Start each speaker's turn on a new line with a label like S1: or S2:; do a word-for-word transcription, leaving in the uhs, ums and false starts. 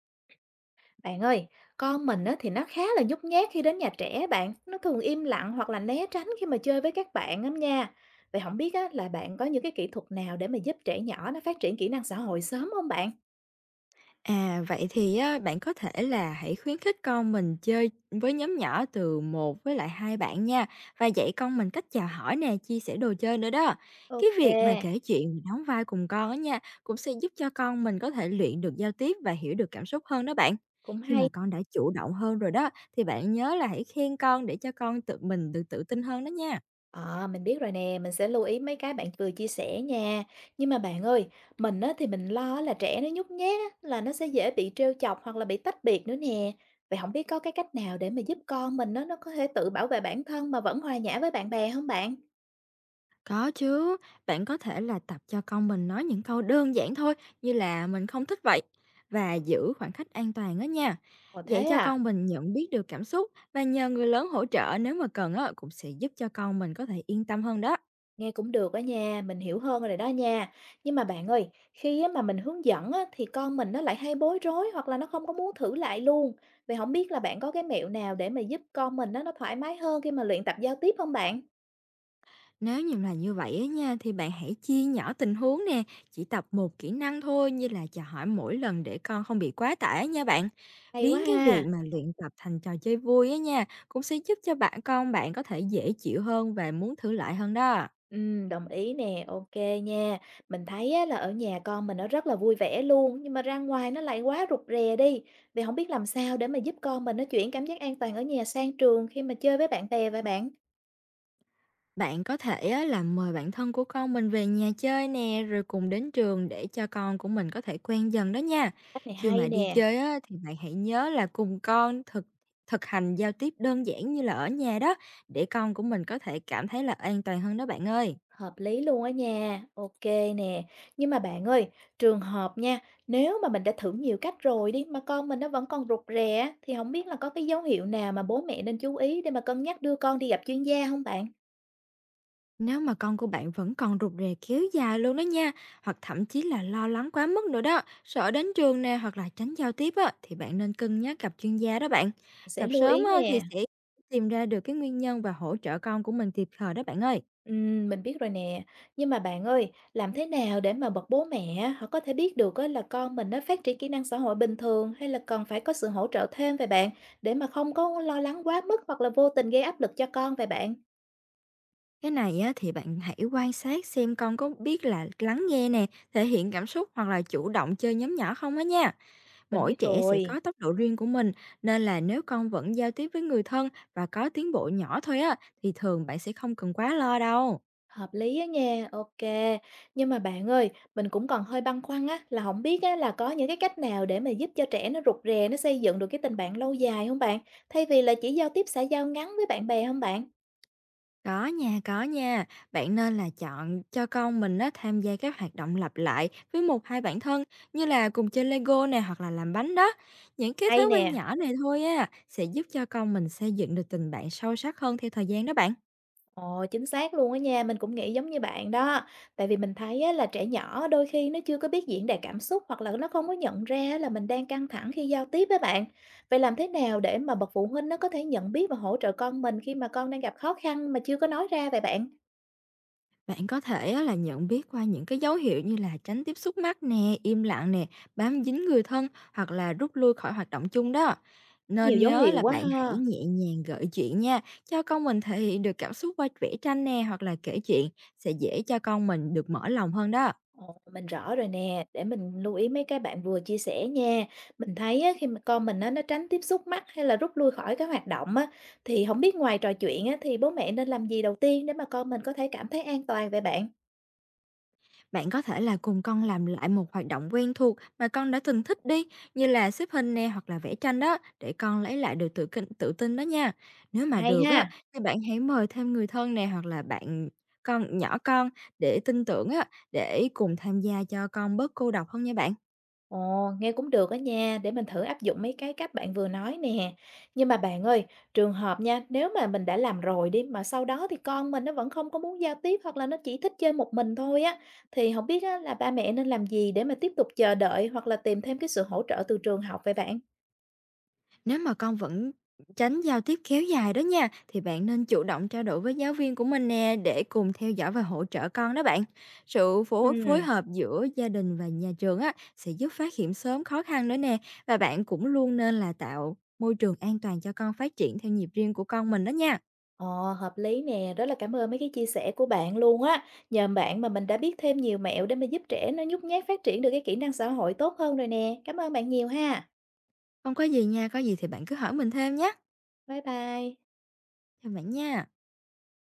S1: Bạn ơi, con mình á, thì nó khá là nhút nhát khi đến nhà trẻ bạn. Nó thường im lặng hoặc là né tránh khi mà chơi với các bạn lắm nha. Vậy không biết á, là bạn có những cái kỹ thuật nào để mà giúp trẻ nhỏ nó phát triển kỹ năng xã hội sớm không bạn?
S2: À, vậy thì á, bạn có thể là hãy khuyến khích con mình chơi với nhóm nhỏ từ một với lại hai bạn nha, và dạy con mình cách chào hỏi nè, chia sẻ đồ chơi nữa đó. Cái việc mà
S1: Ok,
S2: kể chuyện, và đóng vai cùng con á nha, cũng sẽ giúp cho con mình có thể luyện được giao tiếp và hiểu được cảm xúc hơn đó bạn.
S1: cũng
S2: Khi mà
S1: hay.
S2: con đã chủ động hơn rồi đó, thì bạn nhớ là hãy khen con để cho con tự mình được tự tin hơn đó nha.
S1: Ờ, mình biết rồi nè, mình sẽ lưu ý mấy cái bạn vừa chia sẻ nha. Nhưng mà bạn ơi, mình á, thì mình lo là trẻ nó nhút nhát á, là nó sẽ dễ bị trêu chọc hoặc là bị tách biệt nữa nè. Vậy không biết có cái cách nào để mà giúp con mình nó nó có thể tự bảo vệ bản thân mà vẫn hòa nhã với bạn bè không bạn?
S2: Có chứ, bạn có thể là tập cho con mình nói những câu đơn giản thôi, như là "mình không thích vậy" và giữ khoảng cách an toàn đó nha.
S1: Ồ
S2: Dạy
S1: thế
S2: cho
S1: à,
S2: con mình nhận biết được cảm xúc và nhờ người lớn hỗ trợ nếu mà cần á, cũng sẽ giúp cho con mình có thể yên tâm hơn đó.
S1: nghe cũng được đó nha, mình hiểu hơn rồi đó nha. Nhưng mà bạn ơi, khi á mà mình hướng dẫn á, thì con mình nó lại hay bối rối hoặc là nó không có muốn thử lại luôn. Vậy không biết là bạn có cái mẹo nào để mà giúp con mình nó nó thoải mái hơn khi mà luyện tập giao tiếp không bạn?
S2: Nếu như là như vậy á nha, thì bạn hãy chia nhỏ tình huống nè, chỉ tập một kỹ năng thôi như là chào hỏi mỗi lần để con không bị quá tải nha bạn.
S1: Hay quá
S2: Biến cái việc
S1: ha.
S2: mà luyện tập thành trò chơi vui á nha, cũng sẽ giúp cho bạn con bạn có thể dễ chịu hơn và muốn thử lại hơn đó.
S1: Ừ, đồng ý nè, ok nha. Mình thấy á, là ở nhà con mình nó rất là vui vẻ luôn, nhưng mà ra ngoài nó lại quá rụt rè đi. Vậy không biết làm sao để mà giúp con mình nó chuyển cảm giác an toàn ở nhà sang trường khi mà chơi với bạn bè vậy bạn?
S2: Bạn có thể á, là mời bạn thân của con mình về nhà chơi nè, rồi cùng đến trường để cho con của mình có thể quen dần đó nha.
S1: Cách này
S2: Khi
S1: hay
S2: mà đi
S1: nè.
S2: chơi á, thì bạn hãy nhớ là cùng con thực thực hành giao tiếp đơn giản như là ở nhà đó, để con của mình có thể cảm thấy là an toàn hơn đó bạn ơi.
S1: Hợp lý luôn á nha, OK nè. Nhưng mà bạn ơi, trường hợp nha, nếu mà mình đã thử nhiều cách rồi đi, mà con mình nó vẫn còn rụt rè á, thì không biết là có cái dấu hiệu nào mà bố mẹ nên chú ý để mà cân nhắc đưa con đi gặp chuyên gia không bạn?
S2: Nếu mà con của bạn vẫn còn rụt rè kéo dài luôn đó nha, hoặc thậm chí là lo lắng quá mức nữa đó, sợ đến trường nè hoặc là tránh giao tiếp á, thì bạn nên cân nhắc gặp chuyên gia đó bạn.
S1: Mình sẽ
S2: Gặp
S1: lưu
S2: sớm
S1: ý
S2: á, thì
S1: nè.
S2: sẽ tìm ra được cái nguyên nhân và hỗ trợ con của mình kịp thời đó bạn ơi.
S1: Ừm, mình biết rồi nè. Nhưng mà bạn ơi, làm thế nào để mà bậc bố mẹ á, họ có thể biết được á là con mình nó phát triển kỹ năng xã hội bình thường hay là cần phải có sự hỗ trợ thêm về bạn, để mà không có lo lắng quá mức hoặc là vô tình gây áp lực cho con về bạn?
S2: Cái này á, thì bạn hãy quan sát xem con có biết là lắng nghe nè, thể hiện cảm xúc hoặc là chủ động chơi nhóm nhỏ không á nha.
S1: Mình
S2: Mỗi
S1: biết
S2: trẻ sẽ
S1: rồi.
S2: có tốc độ riêng của mình, nên là nếu con vẫn giao tiếp với người thân và có tiến bộ nhỏ thôi á, thì thường bạn sẽ không cần quá lo đâu.
S1: Hợp lý á nha, ok. Nhưng mà bạn ơi, mình cũng còn hơi băn khoăn á, là không biết á là có những cái cách nào để mà giúp cho trẻ nó rụt rè, nó xây dựng được cái tình bạn lâu dài không bạn? Thay vì là chỉ giao tiếp xã giao ngắn với bạn bè không bạn?
S2: Có nha, có nha. Bạn nên là chọn cho con mình á, tham gia các hoạt động lặp lại với một hai bạn thân như là cùng chơi Lego nè hoặc là làm bánh đó. Những cái thói
S1: Hay
S2: quen
S1: nè.
S2: nhỏ này thôi á, sẽ giúp cho con mình xây dựng được tình bạn sâu sắc hơn theo thời gian đó bạn.
S1: Ồ, chính xác luôn á nha, mình cũng nghĩ giống như bạn đó. Tại vì mình thấy á là trẻ nhỏ đôi khi nó chưa có biết diễn đạt cảm xúc, hoặc là nó không có nhận ra là mình đang căng thẳng khi giao tiếp với bạn. Vậy làm thế nào để mà bậc phụ huynh nó có thể nhận biết và hỗ trợ con mình khi mà con đang gặp khó khăn mà chưa có nói ra vậy bạn?
S2: Bạn có thể á là nhận biết qua những cái dấu hiệu như là tránh tiếp xúc mắt nè, im lặng nè, bám dính người thân hoặc là rút lui khỏi hoạt động chung đó.
S1: Nhiều
S2: Nên
S1: dấu
S2: nhớ
S1: hiệu
S2: là
S1: quá
S2: bạn hãy
S1: ha.
S2: nhẹ nhàng gợi chuyện nha, cho con mình thể hiện được cảm xúc qua vẽ tranh nè hoặc là kể chuyện sẽ dễ cho con mình được mở lòng hơn đó.
S1: Ồ, mình rõ rồi nè, để mình lưu ý mấy cái bạn vừa chia sẻ nha. Mình thấy á, khi mà con mình á, nó tránh tiếp xúc mắt hay là rút lui khỏi các hoạt động á, thì không biết ngoài trò chuyện á, thì bố mẹ nên làm gì đầu tiên để mà con mình có thể cảm thấy an toàn vậy bạn?
S2: Bạn có thể là cùng con làm lại một hoạt động quen thuộc mà con đã từng thích đi, như là xếp hình nè hoặc là vẽ tranh đó, để con lấy lại được tự kinh, tự tin đó nha. Nếu mà
S1: Hay
S2: được á,
S1: ha.
S2: thì bạn hãy mời thêm người thân nè hoặc là bạn con nhỏ con để tin tưởng á, để cùng tham gia cho con bớt cô độc hơn nha bạn.
S1: Ồ, nghe cũng được á nha, để mình thử áp dụng mấy cái cách bạn vừa nói nè. Nhưng mà bạn ơi, trường hợp nha, nếu mà mình đã làm rồi đi mà sau đó thì con mình nó vẫn không có muốn giao tiếp hoặc là nó chỉ thích chơi một mình thôi á, thì không biết á, là ba mẹ nên làm gì để mà tiếp tục chờ đợi hoặc là tìm thêm cái sự hỗ trợ từ trường học vậy bạn?
S2: Nếu mà con vẫn tránh giao tiếp kéo dài đó nha, thì bạn nên chủ động trao đổi với giáo viên của mình nè để cùng theo dõi và hỗ trợ con đó bạn. Sự
S1: Ừ.
S2: phối phối hợp giữa gia đình và nhà trường á sẽ giúp phát hiện sớm khó khăn nữa nè, và bạn cũng luôn nên là tạo môi trường an toàn cho con phát triển theo nhịp riêng của con mình đó nha.
S1: Ồ, hợp lý nè, rất là cảm ơn mấy cái chia sẻ của bạn luôn á. Nhờ bạn mà mình đã biết thêm nhiều mẹo để mà giúp trẻ nó nhút nhát phát triển được cái kỹ năng xã hội tốt hơn rồi nè. Cảm ơn bạn nhiều ha.
S2: Không có gì nha, có gì thì bạn cứ hỏi mình thêm nhé.
S1: Bye bye.
S2: Chào bạn nha.